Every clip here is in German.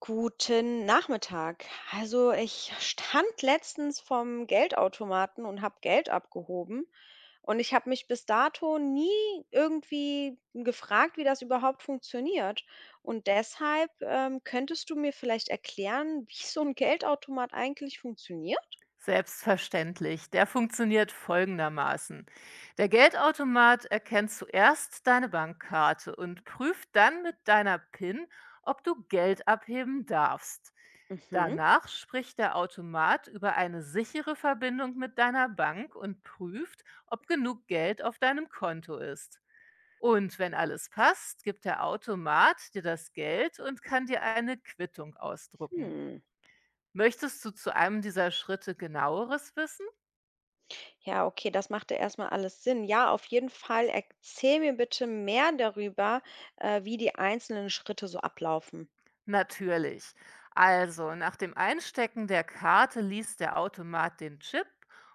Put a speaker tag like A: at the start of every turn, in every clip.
A: Guten Nachmittag. Also ich stand letztens vom Geldautomaten und habe Geld abgehoben und ich habe mich bis dato nie irgendwie gefragt, wie das überhaupt funktioniert. Und deshalb könntest du mir vielleicht erklären, wie so ein Geldautomat eigentlich funktioniert?
B: Selbstverständlich. Der funktioniert folgendermaßen. Der Geldautomat erkennt zuerst deine Bankkarte und prüft dann mit deiner PIN, ob du Geld abheben darfst.
A: Mhm.
B: Danach spricht der Automat über eine sichere Verbindung mit deiner Bank und prüft, ob genug Geld auf deinem Konto ist. Und wenn alles passt, gibt der Automat dir das Geld und kann dir eine Quittung ausdrucken.
A: Hm.
B: Möchtest du zu einem dieser Schritte genaueres wissen?
A: Ja, okay, das machte erstmal alles Sinn. Ja, auf jeden Fall erzähl mir bitte mehr darüber, wie die einzelnen Schritte so ablaufen.
B: Natürlich. Also, nach dem Einstecken der Karte liest der Automat den Chip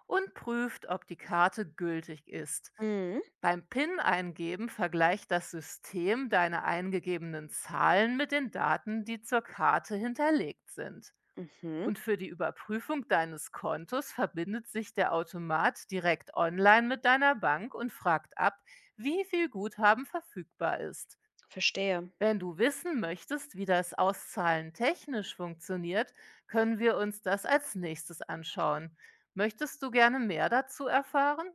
B: und prüft, ob die Karte gültig ist.
A: Mhm.
B: Beim PIN-Eingeben vergleicht das System deine eingegebenen Zahlen mit den Daten, die zur Karte hinterlegt sind.
A: Mhm.
B: Und für die Überprüfung deines Kontos verbindet sich der Automat direkt online mit deiner Bank und fragt ab, wie viel Guthaben verfügbar ist.
A: Verstehe.
B: Wenn du wissen möchtest, wie das Auszahlen technisch funktioniert, können wir uns das als nächstes anschauen. Möchtest du gerne mehr dazu erfahren?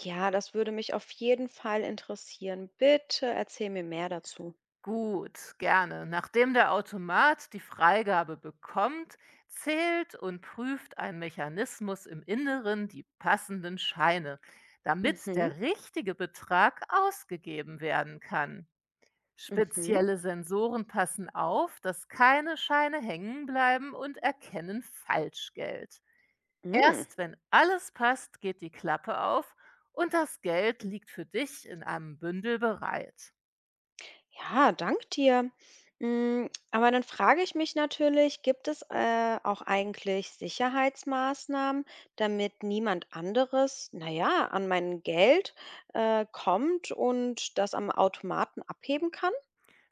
A: Ja, das würde mich auf jeden Fall interessieren. Bitte erzähl mir mehr dazu.
B: Gut, gerne. Nachdem der Automat die Freigabe bekommt, zählt und prüft ein Mechanismus im Inneren die passenden Scheine, damit
A: Mhm,
B: der richtige Betrag ausgegeben werden kann.
A: mhm,
B: Spezielle Sensoren passen auf, dass keine Scheine hängen bleiben und erkennen Falschgeld.
A: mhm.
B: Erst wenn alles passt, geht die Klappe auf und das Geld liegt für dich in einem Bündel bereit.
A: Ja, dank dir. Mm. Aber dann frage ich mich natürlich, gibt es auch eigentlich Sicherheitsmaßnahmen, damit niemand anderes, naja, an mein Geld kommt und das am Automaten abheben kann?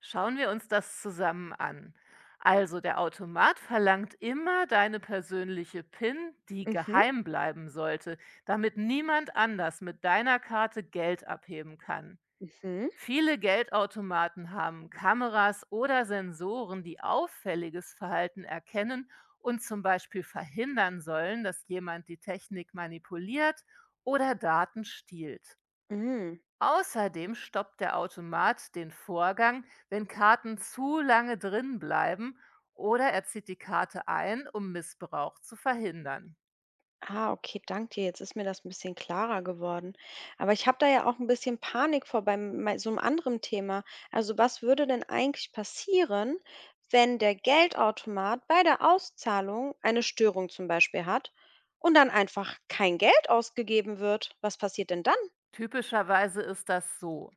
B: Schauen wir uns das zusammen an. Also der Automat verlangt immer deine persönliche PIN, die
A: Mhm,
B: geheim bleiben sollte, damit niemand anders mit deiner Karte Geld abheben kann.
A: mhm,
B: Viele Geldautomaten haben Kameras oder Sensoren, die auffälliges Verhalten erkennen und zum Beispiel verhindern sollen, dass jemand die Technik manipuliert oder Daten stiehlt.
A: mhm.
B: Außerdem stoppt der Automat den Vorgang, wenn Karten zu lange drin bleiben oder er zieht die Karte ein, um Missbrauch zu verhindern.
A: Ah, okay, danke dir. Jetzt ist mir das ein bisschen klarer geworden. Aber ich habe da ja auch ein bisschen Panik vor bei mei so einem anderen Thema. Also, was würde denn eigentlich passieren, wenn der Geldautomat bei der Auszahlung eine Störung zum Beispiel hat und dann einfach kein Geld ausgegeben wird? Was passiert denn dann?
B: Typischerweise ist das so.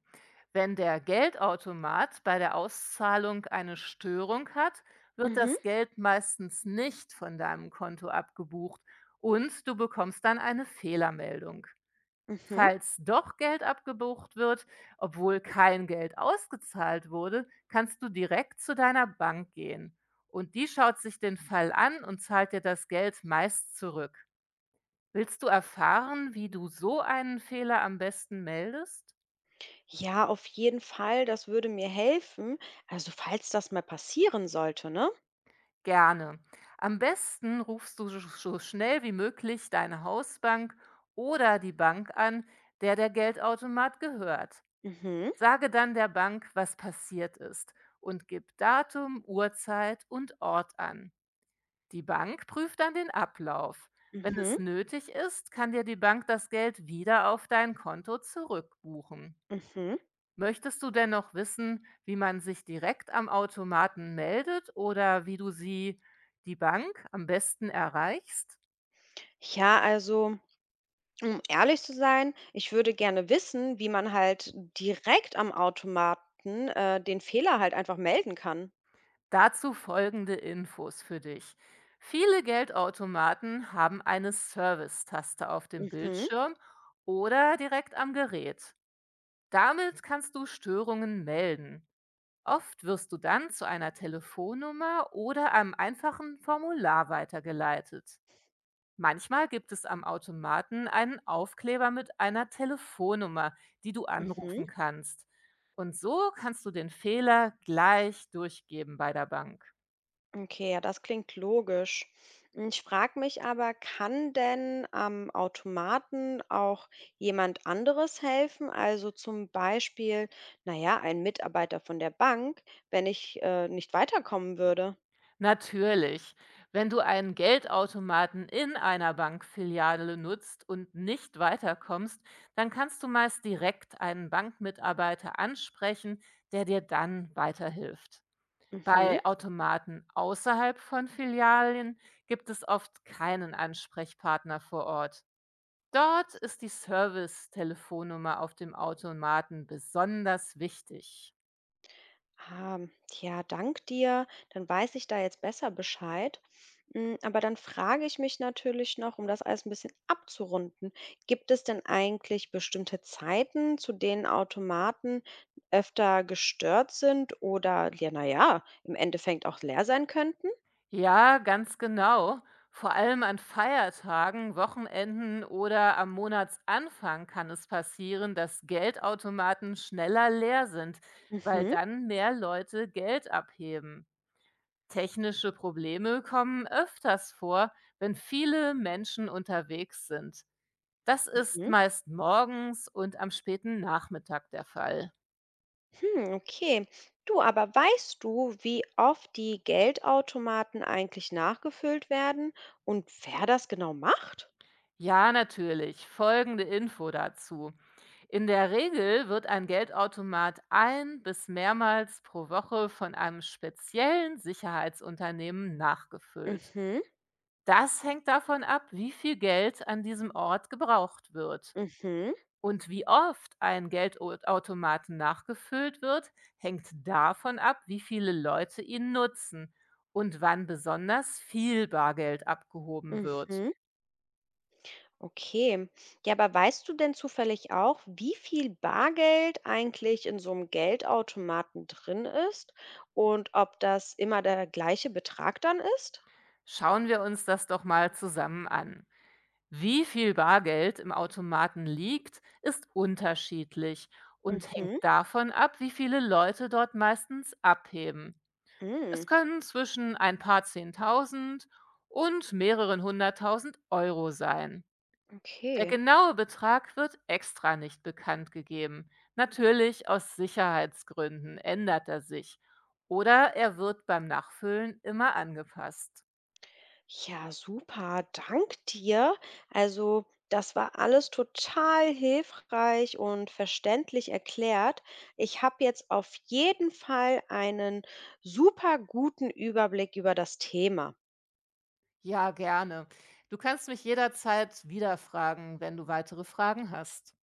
B: Wenn der Geldautomat bei der Auszahlung eine Störung hat, wird
A: Mhm,
B: das Geld meistens nicht von deinem Konto abgebucht und du bekommst dann eine Fehlermeldung.
A: mhm.
B: Falls doch Geld abgebucht wird, obwohl kein Geld ausgezahlt wurde, kannst du direkt zu deiner Bank gehen. Und die schaut sich den Fall an und zahlt dir das Geld meist zurück. Willst du erfahren, wie du so einen Fehler am besten meldest?
A: Ja, auf jeden Fall, das würde mir helfen, also, falls das mal passieren sollte, ne?
B: Gerne. Am besten rufst du so schnell wie möglich deine Hausbank oder die Bank an, der der Geldautomat gehört.
A: Mhm,
B: Sage dann der Bank, was passiert ist und gib Datum, Uhrzeit und Ort an. Die Bank prüft dann den Ablauf. Wenn
A: mhm,
B: es nötig ist, kann dir die Bank das Geld wieder auf dein Konto zurückbuchen.
A: mhm.
B: Möchtest du denn noch wissen, wie man sich direkt am Automaten meldet oder wie du sie, die Bank, am besten erreichst?
A: Ja, also, um ehrlich zu sein, ich würde gerne wissen, wie man halt direkt am Automaten, den Fehler halt einfach melden kann.
B: Dazu folgende Infos für dich. Viele Geldautomaten haben eine Service-Taste auf dem
A: Mhm,
B: Bildschirm oder direkt am Gerät. Damit kannst du Störungen melden. Oft wirst du dann zu einer Telefonnummer oder einem einfachen Formular weitergeleitet. Manchmal gibt es am Automaten einen Aufkleber mit einer Telefonnummer, die du
A: mhm.
B: anrufen kannst. Und so kannst du den Fehler gleich durchgeben bei der Bank.
A: Okay, ja, das klingt logisch. Hm. Ich frage mich aber, kann denn am Automaten auch jemand anderes helfen? Also zum Beispiel, naja, ein Mitarbeiter von der Bank, wenn ich nicht weiterkommen würde.
B: Natürlich, wenn du einen Geldautomaten in einer Bankfiliale nutzt und nicht weiterkommst, dann kannst du meist direkt einen Bankmitarbeiter ansprechen, der dir dann weiterhilft.
A: Mhm.
B: Bei Automaten außerhalb von Filialen gibt es oft keinen Ansprechpartner vor Ort. Dort ist die Service-Telefonnummer auf dem Automaten besonders wichtig.
A: Ah, ja, dank dir. Dann weiß ich da jetzt besser Bescheid. Mm. Aber dann frage ich mich natürlich noch, um das alles ein bisschen abzurunden, gibt es denn eigentlich bestimmte Zeiten, zu denen Automaten öfter gestört sind oder, ja, naja, im Endeffekt auch leer sein könnten?
B: Ja, ganz genau. Vor allem an Feiertagen, Wochenenden oder am Monatsanfang kann es passieren, dass Geldautomaten schneller leer sind, weil
A: Mhm,
B: dann mehr Leute Geld abheben. Technische Probleme kommen öfters vor, wenn viele Menschen unterwegs sind. Das ist
A: mhm,
B: meist morgens und am späten Nachmittag der Fall.
A: hm, okay. Du, aber weißt du, wie oft die Geldautomaten eigentlich nachgefüllt werden und wer das genau macht?
B: Ja, natürlich. Folgende Info dazu. In der Regel wird ein Geldautomat ein bis mehrmals pro Woche von einem speziellen Sicherheitsunternehmen nachgefüllt.
A: Mhm,
B: Das hängt davon ab, wie viel Geld an diesem Ort gebraucht wird.
A: mhm.
B: Und wie oft ein Geldautomaten nachgefüllt wird, hängt davon ab, wie viele Leute ihn nutzen und wann besonders viel Bargeld abgehoben wird.
A: Mhm. Okay. Ja, aber weißt du denn zufällig auch, wie viel Bargeld eigentlich in so einem Geldautomaten drin ist und ob das immer der gleiche Betrag dann ist?
B: Schauen wir uns das doch mal zusammen an. Wie viel Bargeld im Automaten liegt, ist unterschiedlich und hängt
A: Mhm.
B: davon ab, wie viele Leute dort meistens abheben. Es
A: Hm,
B: können zwischen ein paar 10.000 und mehreren 100.000 Euro sein. Der
A: okay.
B: genaue Betrag wird extra nicht bekannt gegeben. Natürlich aus Sicherheitsgründen ändert er sich. Oder er wird beim Nachfüllen immer angepasst.
A: Ja, super. Dank dir. Also, das war alles total hilfreich und verständlich erklärt. Ich habe jetzt auf jeden Fall einen super guten Überblick über das Thema.
B: Ja, gerne. Du kannst mich jederzeit wieder fragen, wenn du weitere Fragen hast.